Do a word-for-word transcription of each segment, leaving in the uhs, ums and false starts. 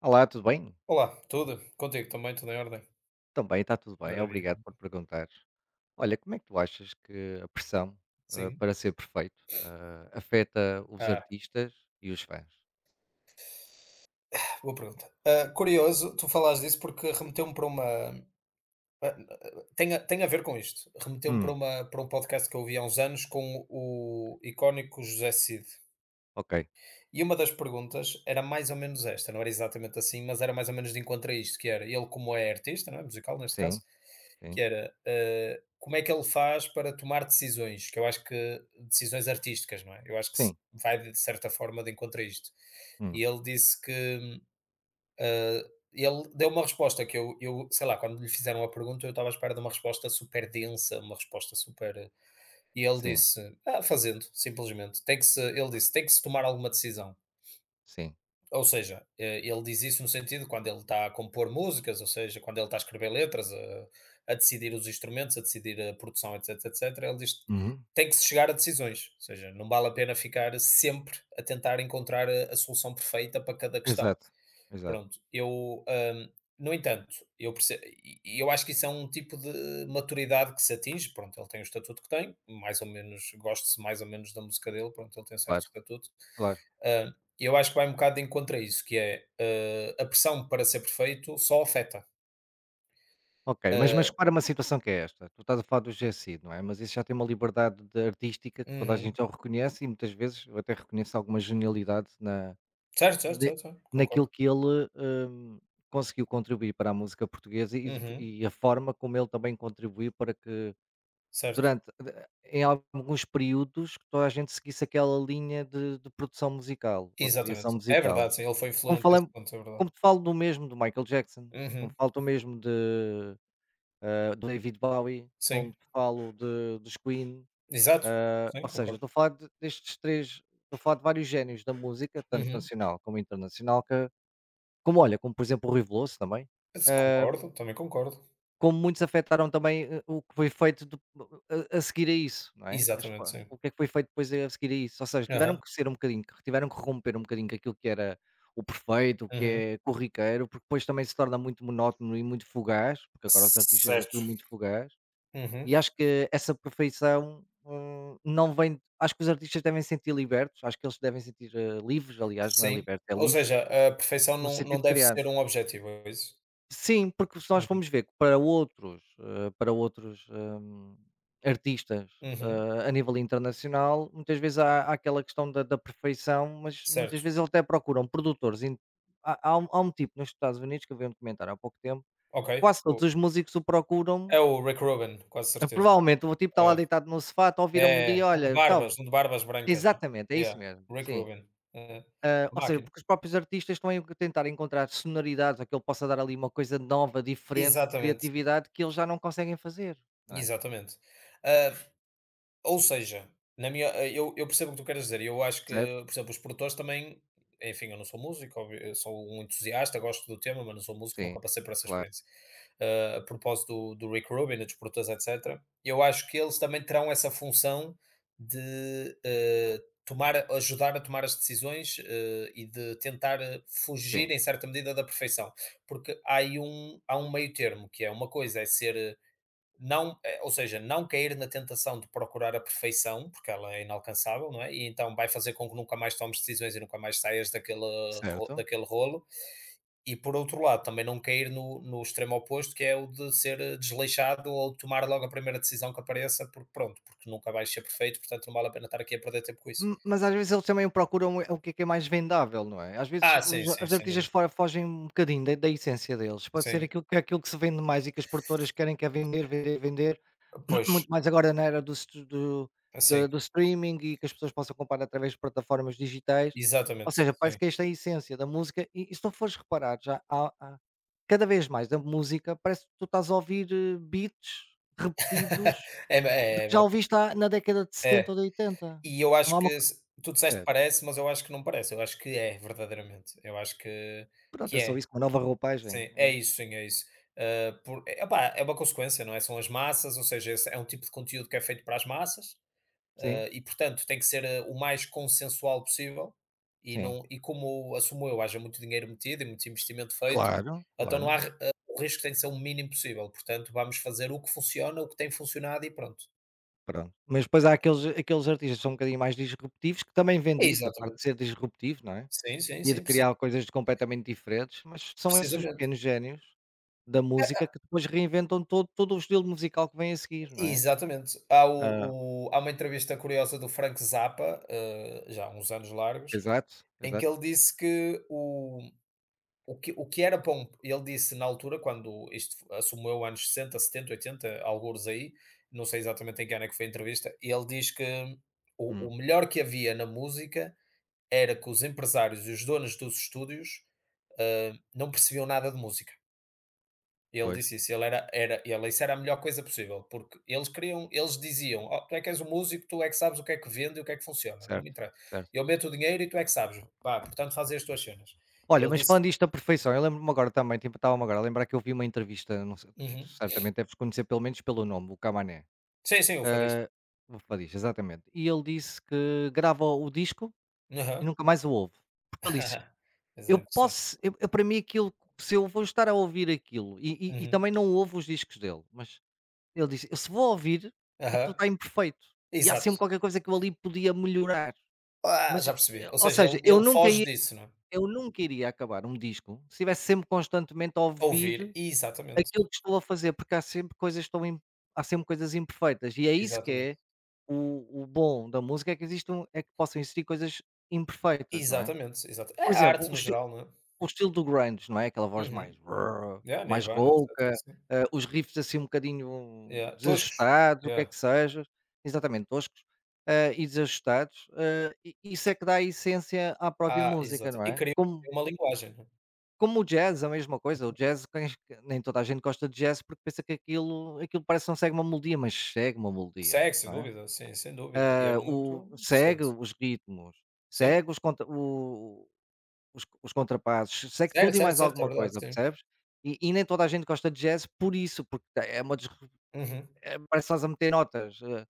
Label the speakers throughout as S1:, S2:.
S1: Olá, tudo bem?
S2: Olá, tudo? Contigo também, tudo em ordem?
S1: Também está tudo bem,
S2: Maravilha.
S1: obrigado por perguntar. Olha, como é que tu achas que a pressão eh,
S2: Sim.
S1: para ser perfeito eh, afeta os
S2: Ah,
S1: artistas e os fãs?
S2: boa pergunta. Ah, curioso, tu falaste disso porque remeteu-me para uma. ah, Tem a, tem a ver com isto. Remeteu-me para,
S1: Hum,
S2: uma, para um podcast que eu ouvi há uns anos com o icónico José Cid.
S1: ok.
S2: E uma das perguntas era mais ou menos esta, não era exatamente assim, mas era mais ou menos de encontro a isto, que era ele como é artista, não é, musical neste caso,
S1: Sim,
S2: que
S1: sim,
S2: era eh, como é que ele faz para tomar decisões, que eu acho que decisões artísticas, não é? Eu acho que se-
S1: sim,
S2: vai de certa forma de encontro a isto. E
S1: hum,
S2: ele disse que hum, eh, ele deu uma resposta que eu, eu, sei lá, quando lhe fizeram a pergunta, eu estava à espera de uma resposta super densa, uma resposta super. E ele
S1: sim,
S2: disse, ah, fazendo, simplesmente. Tem que se, ele disse, tem que se tomar alguma decisão.
S1: sim.
S2: Ou seja, eh, ele diz isso no sentido quando ele está a compor músicas, ou seja, quando ele está a escrever letras, a, a decidir os instrumentos, a decidir a produção, etc, etc, ele diz que
S1: Uhum.
S2: tem que se chegar a decisões, ou seja, não vale a pena ficar sempre a tentar encontrar a, a solução perfeita para cada questão.
S1: Exato, exato,
S2: Pronto, eu, hã, no entanto, eu perce e e eu acho que isso é um tipo de maturidade que se atinge. Pronto, ele tem o estatuto que tem, mais ou menos goste-se mais ou menos da música dele. Pronto, ele tem um certo
S1: claro,
S2: estatuto.
S1: claro.
S2: Hã, eu acho que vai um bocado de encontro a isso, que é, hã, a pressão para ser perfeito só afeta.
S1: Ok, mas, mas
S2: Hã
S1: para uma situação que é esta, tu estás a falar do G GSI, não é? Mas isso já tem uma liberdade de artística que toda a
S2: Uhum.
S1: gente já o reconhece e muitas vezes eu até reconheço alguma genialidade na.
S2: Certo, certo,
S1: De
S2: certo, certo,
S1: Naquilo
S2: concordo.
S1: que ele, hum, conseguiu contribuir para a música portuguesa e f
S2: Uhum,
S1: e a forma como ele também contribuiu para que
S2: certo.
S1: durante de em alguns períodos que toda a gente seguisse aquela linha de de produção musical ou de criação
S2: Exatamente. É
S1: musical.
S2: verdade, sim, ele foi
S1: Como
S2: influente a esse
S1: falamo
S2: ponto, é verdade.
S1: Como te falo do mesmo do Michael Jackson, como
S2: Uhum,
S1: falo do mesmo de, hã, do David Bowie, como
S2: sim,
S1: te falo de dos Queen,
S2: exato,
S1: hã,
S2: sim,
S1: ou seja,
S2: concordo.
S1: estou a falar de destes três, estou a falar de vários génios da música, tanto
S2: Uhum.
S1: nacional como internacional, que como olha, como por exemplo o Rui Veloso também,
S2: Se
S1: hum,
S2: concordo, também concordo.
S1: como muitos afetaram também, eh, o que foi feito de a a seguir a isso, não é? As
S2: Exatamente,
S1: fo
S2: sim.
S1: O que é que foi feito depois a seguir a isso, ou seja, tiveram
S2: Aham.
S1: que ser um bocadinho, que- tiveram que romper um bocadinho com aquilo que era o perfeito, o que
S2: Uhum.
S1: é corriqueiro, porque depois também se torna muito monótono e muito fugaz, porque agora os artistas é tudo
S2: Certo.
S1: muito fugaz,
S2: Uhum.
S1: e acho que essa perfeição, hum, não vem acho que os artistas devem se sentir libertos, acho que eles se devem se sentir, eh, livres, aliás, não é
S2: Sim.
S1: libertos, é
S2: Ou
S1: livres,
S2: seja, a perfeição
S1: no
S2: não
S1: sentido
S2: não
S1: de
S2: deve
S1: criar.
S2: ser um objetivo, é isso?
S1: Sim, porque se nós
S2: Uhum.
S1: formos ver que para outros, eh, para outros, hum, artistas,
S2: Uhum.
S1: eh, a nível internacional, muitas vezes há há aquela questão da da perfeição, mas muitas
S2: Certo.
S1: vezes eles até procuram produtores in há há um há um tipo nos Estados Unidos que eu vi um documentário há pouco tempo,
S2: Ok.
S1: quase todos
S2: O
S1: os músicos o procuram.
S2: É o Rick Rubin, quase
S1: Eh,
S2: certeza.
S1: provavelmente o tipo está lá
S2: É.
S1: deitado no sofá, está a ouvir a
S2: É,
S1: melodia,
S2: é. Um de
S1: olha, tal.
S2: barbas, um de barbas brancas, não é?
S1: Exatamente, é isso
S2: Yeah,
S1: mesmo,
S2: Rick
S1: sim.
S2: Rubin. Aham.
S1: Ah,
S2: A
S1: ou seja,
S2: máquina.
S1: porque os próprios artistas estão a tentar encontrar sonoridades, ou que ele possa dar ali uma coisa nova, diferente,
S2: Exatamente,
S1: criatividade, que eles já não conseguem fazer, não é?
S2: exatamente. Ah, Ou seja, na minha eh, eu eu percebo o que tu queres dizer e eu acho que,
S1: Percebes?
S2: por exemplo, os produtores também enfim, eu não sou músico, óbvio, eu sou um entusiasta, gosto do tema, mas não sou músico,
S1: Sim,
S2: nunca passei por essa
S1: claro,
S2: experiência. Ah, a propósito do do Rick Rubin e dos produtores, etcétera, eu acho que eles também terão essa função de, eh, tomar ajudar a tomar as decisões, eh, e de tentar eh,
S1: sim,
S2: fugir, em certa medida, da perfeição. Porque há aí um há um meio termo, que é uma coisa é ser não, eh, ou seja, não cair na tentação de procurar a perfeição, porque ela é inalcançável, não é? E então vai fazer com que nunca mais tomes decisões e nunca mais saias daquele, ro-
S1: certo.
S2: daquele rolo. E por outro lado, também não cair no, no extremo oposto, que é o de ser eh, desleixado ou de tomar logo a primeira decisão que apareça, porque pronto, porque nunca vais ser perfeito, portanto não vale a pena estar aqui a perder tempo com isso.
S1: M- Mas às vezes eles também procuram é o que é que é mais vendável, não é? Às vezes
S2: Ah,
S1: os,
S2: sim, sim,
S1: os
S2: sem
S1: artistas
S2: dúvida.
S1: fora fogem um bocadinho da, da essência deles. Pode ser
S2: Sim,
S1: aquilo que, é aquilo que se vende mais e que as produtoras querem, que é vender, vender, vender.
S2: pois,
S1: Muito mais agora na era do str do
S2: sim,
S1: do do streaming, e que as pessoas possam comprar através de plataformas digitais, ou
S2: exatamente.
S1: seja, parece
S2: Sim.
S1: que esta é a essência da música. E e se tu fores reparar, já há há cada vez mais da música parece que tu estás a ouvir, eh, beats repetidos
S2: É,
S1: de
S2: é, é
S1: que já
S2: verdade.
S1: ouviste há na década de setenta
S2: É,
S1: ou de oitenta.
S2: e eu
S1: Não há
S2: acho
S1: uma
S2: que
S1: co
S2: se tu disseste
S1: Percebes?
S2: parece, mas eu acho que não parece, eu acho que é verdadeiramente, eu acho que
S1: Pronto,
S2: que
S1: é só
S2: é,
S1: isso, uma nova roupagem,
S2: sim,
S1: é
S2: é
S1: isso.
S2: isso, sim, é isso. Ah, por eh, opá, é uma consequência, não é, são as massas, ou seja, esse é um tipo de conteúdo que é feito para as massas,
S1: Sim,
S2: ah, e portanto tem que ser, eh, o mais consensual possível, e
S1: sim.
S2: não e como assumo eu, haja muito dinheiro metido e muito investimento feito,
S1: Claro,
S2: então não há
S1: claro,
S2: ri ah, o risco tem que ser o mínimo possível, portanto vamos fazer o que funciona, o que tem funcionado e pronto.
S1: pronto. Mas depois há aqueles aqueles artistas que são um bocadinho mais disruptivos que também
S2: É.
S1: vendem isso, a parte de
S2: Exatamente.
S1: ser disruptivo, não é?
S2: Sim, sim,
S1: E de
S2: sim, preci
S1: criar coisas completamente diferentes, mas são esses os
S2: precisamente.
S1: pequenos génios da música que depois reinventam todo todo o estilo musical que vem a seguir, não é?
S2: Exatamente. Há,
S1: Hã,
S2: o, o- há uma entrevista curiosa do Frank Zappa, eh, já há uns anos largos,
S1: exato,
S2: em que
S1: exato.
S2: ele disse que o, o, que, o que era para um. Ele disse na altura, quando isto f- assumiu anos sessenta, setenta, oitenta, alguns aí, não sei exatamente em que ano é que foi a entrevista, e ele diz que o,
S1: Hum,
S2: o melhor que havia na música era que os empresários e os donos dos estúdios eh, não percebiam nada de música. Ele
S1: pois,
S2: disse isso, ele era era ele isso era a melhor coisa possível, porque eles queriam eles diziam: "Oh, tu é que és o músico, tu é que sabes o que é que vende e o que é que funciona, não me
S1: certo,
S2: interessa.
S1: certo.
S2: Eu meto o dinheiro e tu é que sabes, pá, portanto faz as tuas cenas". E
S1: Olha,
S2: ele
S1: mas
S2: disse
S1: falando isto da perfeição, eu lembro-me agora também, tipo, estava-me agora a lembrar que eu vi uma entrevista, não sei, tu
S2: Uhum.
S1: certamente deves conhecer pelo menos pelo nome, o Camanè.
S2: Sim, sim, o fadista.
S1: Hã, o Fadista, exatamente. E ele disse que grava o disco e
S2: Aham.
S1: nunca mais o ouve, porque ele disse:
S2: Mas
S1: "Eu
S2: é interessante.
S1: posso, eu, eu para mim aquilo, se eu vou estar a ouvir aquilo e, e- e
S2: Uhum.
S1: também não ouvo os discos dele". Mas ele disse, eu se vou ouvir, aquilo
S2: Aham.
S1: está imperfeito e há sempre
S2: Exato.
S1: qualquer coisa que eu ali podia melhorar.
S2: Ah,
S1: Mas,
S2: já percebi.
S1: eh,
S2: Ou
S1: ou
S2: seja,
S1: seja,
S2: ele
S1: eu
S2: ele
S1: nunca
S2: foge
S1: ia,
S2: disso, não é?
S1: eu nunca iria acabar um disco se estivesse sempre constantemente a ouvir
S2: Ouvir, exatamente,
S1: aquilo que estou a fazer, porque há sempre coisas que estão, im- há sempre coisas imperfeitas e é isso que é
S2: exatamente,
S1: o, o bom da música, é que existam, é que possam existir coisas imperfeitas, não é?
S2: exatamente, exato. É
S1: Por
S2: a
S1: exemplo,
S2: arte no
S1: os
S2: geral, não é?
S1: o estilo do grunge, não é? Aquela voz mais
S2: Uhum.
S1: brrr,
S2: Yeah,
S1: mais
S2: Nirvana, etcétera,
S1: rouca,
S2: sim.
S1: eh, os riffs assim um bocadinho
S2: Yeah. Toscos.
S1: desajustados, o que é
S2: Yeah.
S1: que seja, exatamente, toscos, eh, e desajustados, eh, i isso é que dá a essência à própria
S2: Ah,
S1: música,
S2: exata
S1: não
S2: e
S1: é?
S2: cria
S1: Como
S2: uma linguagem, né.
S1: como o jazz, a mesma coisa, o
S2: Uhum.
S1: jazz cães nem toda a gente gosta de jazz porque pensa que aquilo aquilo parece que não segue uma melodia, mas segue uma melodia,
S2: Segue, sem
S1: não é?
S2: dúvida, sim, sem dúvida. E é
S1: Eh, o
S2: muito
S1: Segue
S2: interessante.
S1: os ritmos,
S2: Sim.
S1: segue os conta o os os contrapassos, segue
S2: Certo,
S1: tudo e
S2: certo,
S1: mais
S2: certo, é
S1: alguma
S2: verdade,
S1: coisa,
S2: sim.
S1: percebes? E e nem toda a gente gosta de jazz por isso, porque tá, é uma des
S2: Uhum.
S1: eh, parece que estás a meter notas, eh,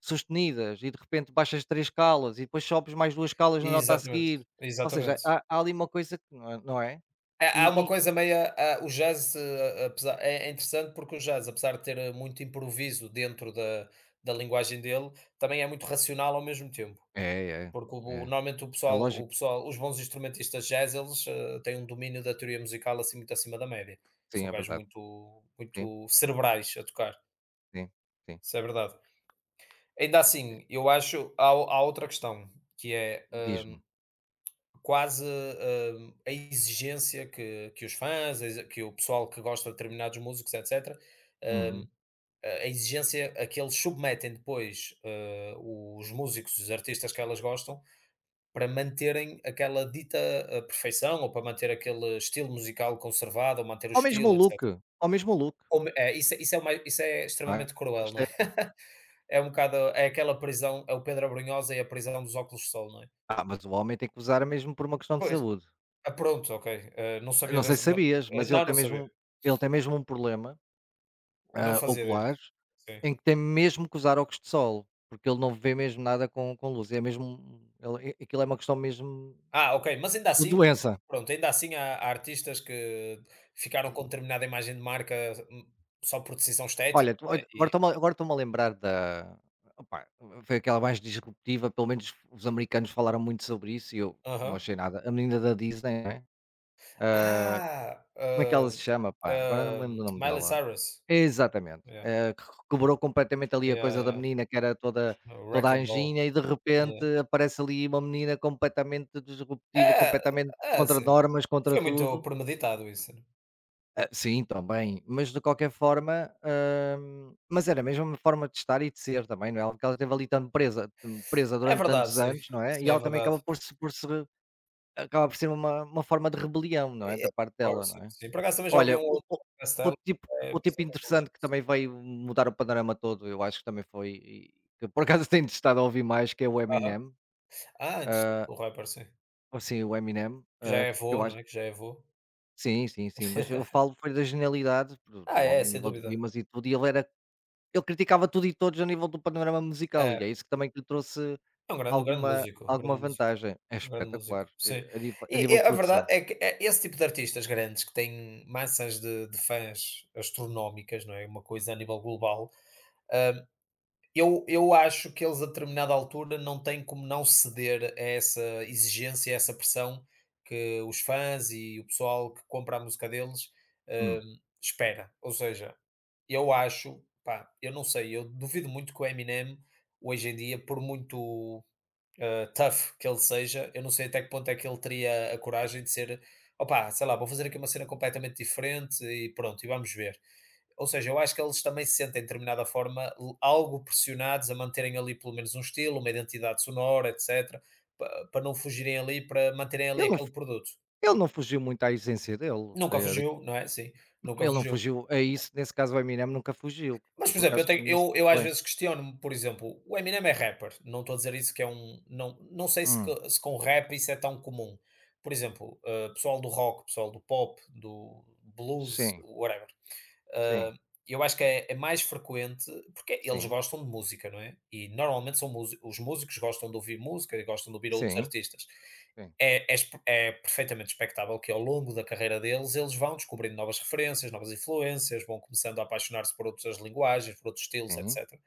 S1: sustenidas, e de repente baixas três escalas e depois sobes mais duas escalas na nota a
S2: Exatamente,
S1: seguir, ou seja,
S2: exatamente.
S1: há há ali uma coisa que não é não é?
S2: Há há
S1: E
S2: uma
S1: e
S2: coisa meia ah, o jazz, eh, apesar é é interessante porque o jazz, apesar de ter eh, muito improviso dentro da da linguagem dele, também é muito racional ao mesmo tempo.
S1: é, é,
S2: Porque o
S1: é.
S2: normalmente o
S1: É
S2: pessoal
S1: lógico,
S2: o pessoal os bons instrumentistas de jazz eles, eh, têm um domínio da teoria musical, assim, muito acima da média.
S1: sim,
S2: São
S1: é
S2: gajos
S1: verdade.
S2: muito
S1: Sim,
S2: muito cerebrais a tocar,
S1: sim, sim.
S2: isso é verdade. Ainda assim, eu acho há o há outra questão, que é,
S1: Diz-me.
S2: hum, quase, hum, a exigência que que os fãs, a exa que o pessoal que gosta de determinados músicos, etcétera,
S1: Uhum.
S2: hum, a a exigência a que eles submetem depois, eh, os músicos, os artistas que elas gostam, para manterem aquela dita, hã, perfeição ou para manter aquele estilo musical conservado ou manter o
S1: Ou mesmo
S2: estilo,
S1: look,
S2: etcétera.
S1: ao mesmo look,
S2: Como é, isso é, isso é o isso é
S1: não é?
S2: extremamente cruel, não é?
S1: Estética.
S2: É um bocado é aquela prisão é o Pedro Abrunhosa e a prisão dos óculos de sol, não é?
S1: Ah, mas o homem tem que usar mesmo por uma questão de
S2: Pois.
S1: saúde.
S2: Ah, pronto, ok. Hã, não
S1: Eu
S2: sabia
S1: não sei
S2: dessa
S1: se
S2: ma
S1: sabias,
S2: eh,
S1: mas ele
S2: não,
S1: tem
S2: não sabia.
S1: mesmo ele tem mesmo um problema,
S2: Não
S1: ah,
S2: fazia ideia.
S1: ocular,
S2: Sim.
S1: em que tem mesmo que usar óculos de sol, porque ele não vê mesmo nada com com luz, é mesmo ele a aquilo é uma questão mesmo
S2: Ah, ok, mas ainda
S1: de
S2: assim
S1: doença.
S2: pronto, ainda assim há há artistas que ficaram com determinada imagem de marca, hum, só por decisão
S1: Olha,
S2: estética,
S1: tu
S2: não é?
S1: olha, agora
S2: E
S1: estou-me a agora estou-me a lembrar da opá, foi aquela mais disruptiva, pelo menos os americanos falaram muito sobre isso e eu não
S2: aham.
S1: achei nada. A menina da Disney, não é? Ah,
S2: Ah,
S1: como é que ela se
S2: um,
S1: chama, pá? Agora não me lembro do
S2: um,
S1: nome
S2: Miley
S1: dela.
S2: Cyrus.
S1: Exatamente,
S2: Yeah,
S1: eh, que quebrou completamente ali a
S2: yeah,
S1: coisa da
S2: yeah.
S1: menina que era toda
S2: O
S1: toda
S2: Wrecking Ball.
S1: anjinha, e de
S2: Yeah.
S1: repente aparece ali uma menina completamente disruptiva,
S2: É,
S1: completamente
S2: é
S1: contra
S2: sim.
S1: normas, contra
S2: Foi muito
S1: tudo.
S2: premeditado isso, né?
S1: Ah, sim, também, mas de qualquer forma, hum, mas era mesmo uma forma de estar e de ser também, não é? Porque ela esteve ali tão presa tão presa
S2: É
S1: durante
S2: verdade,
S1: tantos
S2: sim.
S1: anos, não é? E
S2: Sim, é
S1: ela também
S2: verdade.
S1: acaba por se por se acaba por ser uma uma forma de rebelião, não
S2: E
S1: é, da parte
S2: concordo,
S1: dela, não
S2: sim,
S1: é?
S2: sim. Por acaso também já ouvi
S1: Olha,
S2: um
S1: o
S2: outro
S1: o
S2: podcast
S1: o
S2: dela que
S1: tipo
S2: é
S1: o tipo
S2: bastante
S1: interessante que
S2: inteligente.
S1: também veio mudar o panorama todo, eu acho que também foi, e que por acaso tenho estado a ouvir mais, que é o
S2: Aham.
S1: Eminem.
S2: Ah, interessante. O rapper, sim.
S1: Ou Sim, o Eminem,
S2: Que já
S1: hã,
S2: é
S1: que eu
S2: avô, não
S1: acho,
S2: é? Que já é avô.
S1: sim, sim, sim, mas eu falo foi da genialidade do do
S2: Ah, é,
S1: homem a
S2: sem
S1: nível de
S2: dúvida.
S1: rimas e tudo, e ele era, ele criticava tudo e todos a nível do panorama musical, e é
S2: É.
S1: isso que também que lhe trouxe
S2: É um grande um grande
S1: alguma
S2: músico, um grande
S1: alguma
S2: músico,
S1: vantagem. É
S2: um grande
S1: espetacular,
S2: músico, sim.
S1: eh, a nível a
S2: E
S1: nível
S2: e
S1: de
S2: a verdade
S1: produção.
S2: é que, eh, esse tipo de artistas grandes que têm massas de de fãs astronómicas, não é, uma coisa a nível global, eu eu acho que eles a determinada altura não têm como não ceder a essa exigência, a essa pressão que os fãs e o pessoal que compra a música deles, hã,
S1: Hum.
S2: espera. Ou seja, eu acho, pá, eu não sei, eu duvido muito que o Eminem hoje em dia, por muito tough que ele seja, eu não sei até que ponto é que ele teria a coragem de ser, opá, sei lá, vou fazer aqui uma cena completamente diferente e pronto, e vamos ver. Ou seja, eu acho que eles também se sentem, de determinada forma, l- algo pressionados a manterem ali pelo menos um estilo, uma identidade sonora, etcétera, pa- para não fugirem ali, para manterem ali
S1: Ele não
S2: aquele
S1: fu-
S2: produto.
S1: Ele não fugiu muito à essência dele,
S2: Nunca
S1: da.
S2: fugiu, não é? Sim, nunca
S1: Ele não
S2: fugiu.
S1: fugiu a isso, nesse caso o Eminem nunca fugiu, que
S2: Mas,
S1: eu
S2: por
S1: por
S2: exemplo, eu
S1: acaso
S2: tenho
S1: conheço
S2: eu eu
S1: muito
S2: às
S1: bem.
S2: vezes questiono-me. Por exemplo, o Eminem é rapper, não estou a dizer isso que é um não não sei se
S1: Hum,
S2: co se com rap isso é tão comum. Por exemplo, hã, pessoal do rock, pessoal do pop, do blues,
S1: sim,
S2: whatever. Ah,
S1: sim,
S2: eu acho que é, é mais frequente, porque eles
S1: sim,
S2: gostam de música, não é? E normalmente são músi- os músicos gostam de ouvir música e gostam de ouvir outros
S1: sim,
S2: artistas. É, é, espe- é perfeitamente expectável que ao longo da carreira deles eles vão descobrindo novas referências, novas influências, vão começando a apaixonar-se por outras linguagens, por outros estilos,
S1: sim,
S2: etcétera.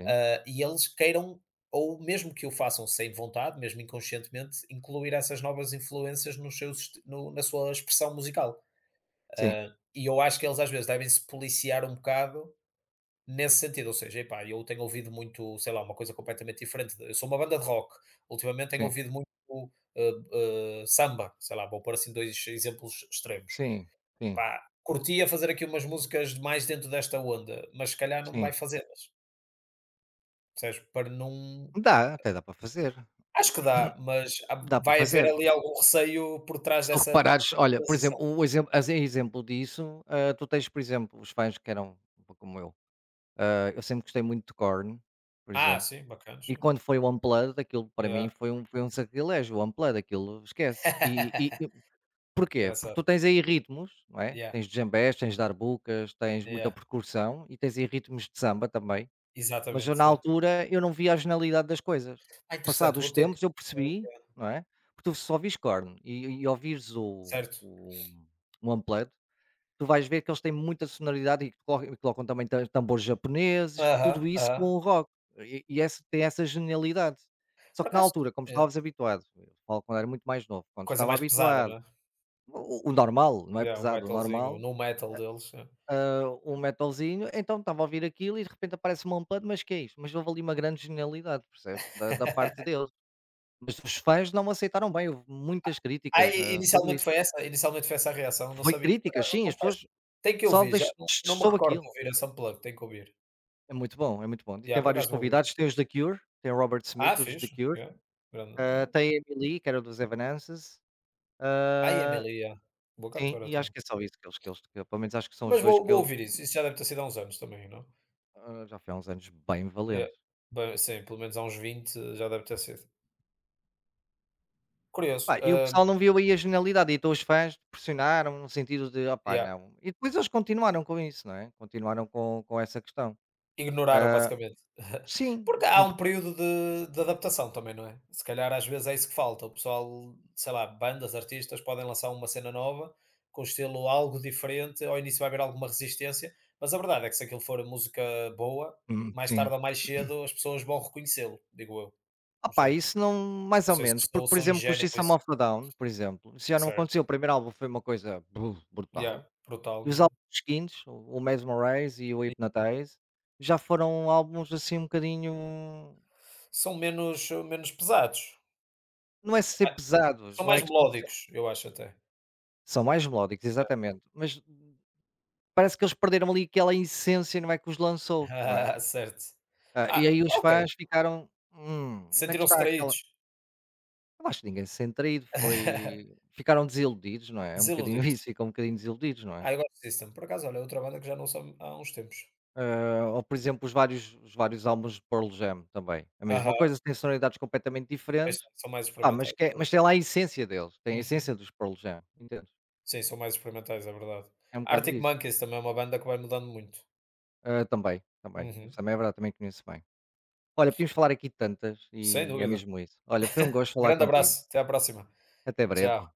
S1: sim,
S2: Ah, e eles queiram, ou mesmo que o façam sem vontade, mesmo inconscientemente, incluir essas novas influências nos seus, esti- no- na sua expressão musical.
S1: sim,
S2: Ah, e eu acho que eles às vezes devem se policiar um bocado nesse sentido, ou seja, epá, eu tenho ouvido muito, sei lá, uma coisa completamente diferente. Eu sou uma banda de rock, ultimamente tenho
S1: sim,
S2: ouvido muito eh, eh, samba, sei lá, vou pôr assim dois exemplos extremos.
S1: sim, sim, sim,
S2: Pá, curtia fazer aqui umas músicas mais dentro desta onda, mas se calhar não vai
S1: sim.
S2: fazê-las, percebes? Para não.
S1: Dá, até dá para fazer,
S2: Acho que dá, mas há-
S1: dá para
S2: vai haver
S1: fazer.
S2: ali algum receio por trás
S1: Se tu
S2: dessa
S1: reparares, olha, por
S2: transição.
S1: exemplo, o exemplo, as exemplo disso, ah, tu tens, por exemplo, os fãs que eram um pouco como eu. Ah, eu sempre gostei muito de Korn, por
S2: Ah,
S1: exemplo.
S2: sim, bacana,
S1: E
S2: sim.
S1: quando foi o Unplugged, aquilo para mim
S2: Yeah.
S1: foi um, foi um sacrilégio, o Unplugged, aquilo esquece. E porquê? Porque tu
S2: Engraçado.
S1: tens aí ritmos, não é?
S2: Yeah.
S1: Tens djembés, tens darbucas, tens muita
S2: Yeah,
S1: percussão e tens aí ritmos de samba também, mas eu
S2: exatamente,
S1: na
S2: yeah.
S1: altura eu não via a genialidade das coisas.
S2: Ah, interessante,
S1: Passados
S2: vou
S1: os
S2: ter que
S1: tempos eu percebi, não é? Porque tu só ouvires corno e, e ouvires o,
S2: certo.
S1: o, o unplugged, tu vais ver que eles têm muita sonoridade, e que colo- e colocam também tam- tambores japoneses,
S2: Aham,
S1: tudo isso com
S2: aham.
S1: o rock. E, e essa, tem essa genialidade. Só
S2: Por
S1: que na
S2: acaso
S1: altura, como
S2: yeah,
S1: estavas habituado, eu falo quando era muito mais novo, quando
S2: coisa
S1: estava
S2: mais pesada,
S1: habituado
S2: não é?
S1: o o normal, não é
S2: Yeah, o
S1: pesado, o
S2: metalzinho, o
S1: normal,
S2: nu metal deles, yeah.
S1: hã, um metalzinho, então estava a ouvir aquilo e de repente aparece-me um Unplugged, mas que é isto? Mas houve ali uma grande genialidade, percebes? Da da parte deles. Mas os fãs não aceitaram bem, houve muitas
S2: Ah,
S1: críticas,
S2: e
S1: hã, sobre
S2: inicialmente
S1: isso.
S2: foi essa inicialmente foi essa a reação, não
S1: Foi
S2: sabia. Por
S1: críticas,
S2: acaso eu
S1: sim, as
S2: confesso,
S1: pessoas
S2: tem que
S1: só
S2: ouvir, já não não me
S1: pessoal deix
S2: recordo de
S1: aquilo.
S2: ouvir essa Unplugged, tem que ouvir.
S1: É muito bom, é muito bom. E tem
S2: Yeah, por
S1: vários
S2: acaso vou ouvir.
S1: convidados, tem os The Cure, tem o Robert
S2: Ah,
S1: Smith, os The
S2: fiz
S1: Cure,
S2: yeah, grande,
S1: hã,
S2: é.
S1: tem a Amy que era dos Evanescence,
S2: A
S1: hã,
S2: Emily, yeah, boa
S1: sim,
S2: cantora
S1: e acho
S2: também.
S1: que é só isso que eles que eles que pelo menos acho que são os
S2: Mas
S1: dois
S2: vou
S1: que
S2: vou
S1: eu,
S2: ouvir isso. Isso já deve ter sido há uns anos também, não?
S1: hã, já foi há uns anos bem
S2: Yeah,
S1: valentes.
S2: bem, sim, pelo menos há uns vinte já deve ter sido. Curioso,
S1: Pá, e o pessoal
S2: hum,
S1: não viu aí a genialidade, e então os fãs pressionaram no sentido de: "Opá,
S2: yeah.
S1: não". E depois eles continuaram com isso, não é? Continuaram com com essa questão.
S2: Ignoraram basicamente. Porque
S1: Sim,
S2: há
S1: hum,
S2: um período de de adaptação também, não é? Se calhar às vezes é isso que falta. O pessoal, sei lá, bandas, artistas podem lançar uma cena nova, com um estilo algo diferente, ao início vai haver alguma resistência, mas a verdade é que se aquilo for música boa,
S1: hum,
S2: mais
S1: sim.
S2: tarde ou mais cedo as pessoas vão reconhecê-lo, digo eu. Não
S1: Opá,
S2: sei.
S1: isso não, mais
S2: Não
S1: ou
S2: sei se
S1: menos,
S2: sou
S1: porque, por
S2: sou
S1: exemplo, com os
S2: ingénuo com
S1: System
S2: isso.
S1: of a Down, por exemplo, isso já não
S2: Certo.
S1: aconteceu. O primeiro álbum foi uma coisa bru-
S2: Yeah,
S1: brutal,
S2: brutal
S1: e os
S2: mesmo.
S1: álbuns seguintes, o o Mesmerize e o Hypnotize, já foram álbuns, assim, um bocadinho
S2: São menos menos pesados,
S1: não é ser pesados,
S2: são
S1: não é
S2: mais
S1: questão de ser,
S2: melódicos, eu acho até.
S1: são mais melódicos, exatamente, mas parece que eles perderam ali aquela essência, não é, que os lançou, não é?
S2: Ah, certo.
S1: Ah, e
S2: Ah,
S1: aí os
S2: ok.
S1: fãs ficaram: "Hum, onde é que
S2: Sentiram-se
S1: está aquela".
S2: traídos,
S1: Eu acho que ninguém se sente traído, foi ficaram desiludidos, não é? É um bocadinho isso,
S2: desiludidos.
S1: ficam um bocadinho desiludidos, não é?
S2: Ah, eu gosto disso também. Por acaso, olha, é outra banda que já não são há uns tempos.
S1: Ah, ou por exemplo, os vários os vários álbuns de Pearl Jam também, a mesma
S2: Aham,
S1: coisa, têm sonoridades completamente
S2: pois
S1: diferentes,
S2: são, são mais
S1: ah, mas
S2: experimentais,
S1: que
S2: é
S1: é,
S2: verdade.
S1: mas tem lá a essência deles, tem a
S2: Uhum.
S1: essência dos Pearl Jam, entendes?
S2: Sim, são mais experimentais, é verdade.
S1: É um bocado
S2: Arctic
S1: isso.
S2: Monkeys também é uma banda que vai mudando muito.
S1: Ah, também, também,
S2: Uhum.
S1: isso também é verdade, também conheço bem. Olha, podíamos falar aqui de tantas
S2: Sem
S1: e é
S2: dúvida.
S1: mesmo isso. Olha, foi um gosto falar
S2: Grande
S1: contigo.
S2: abraço, até à próxima.
S1: Até breve.
S2: Tchau.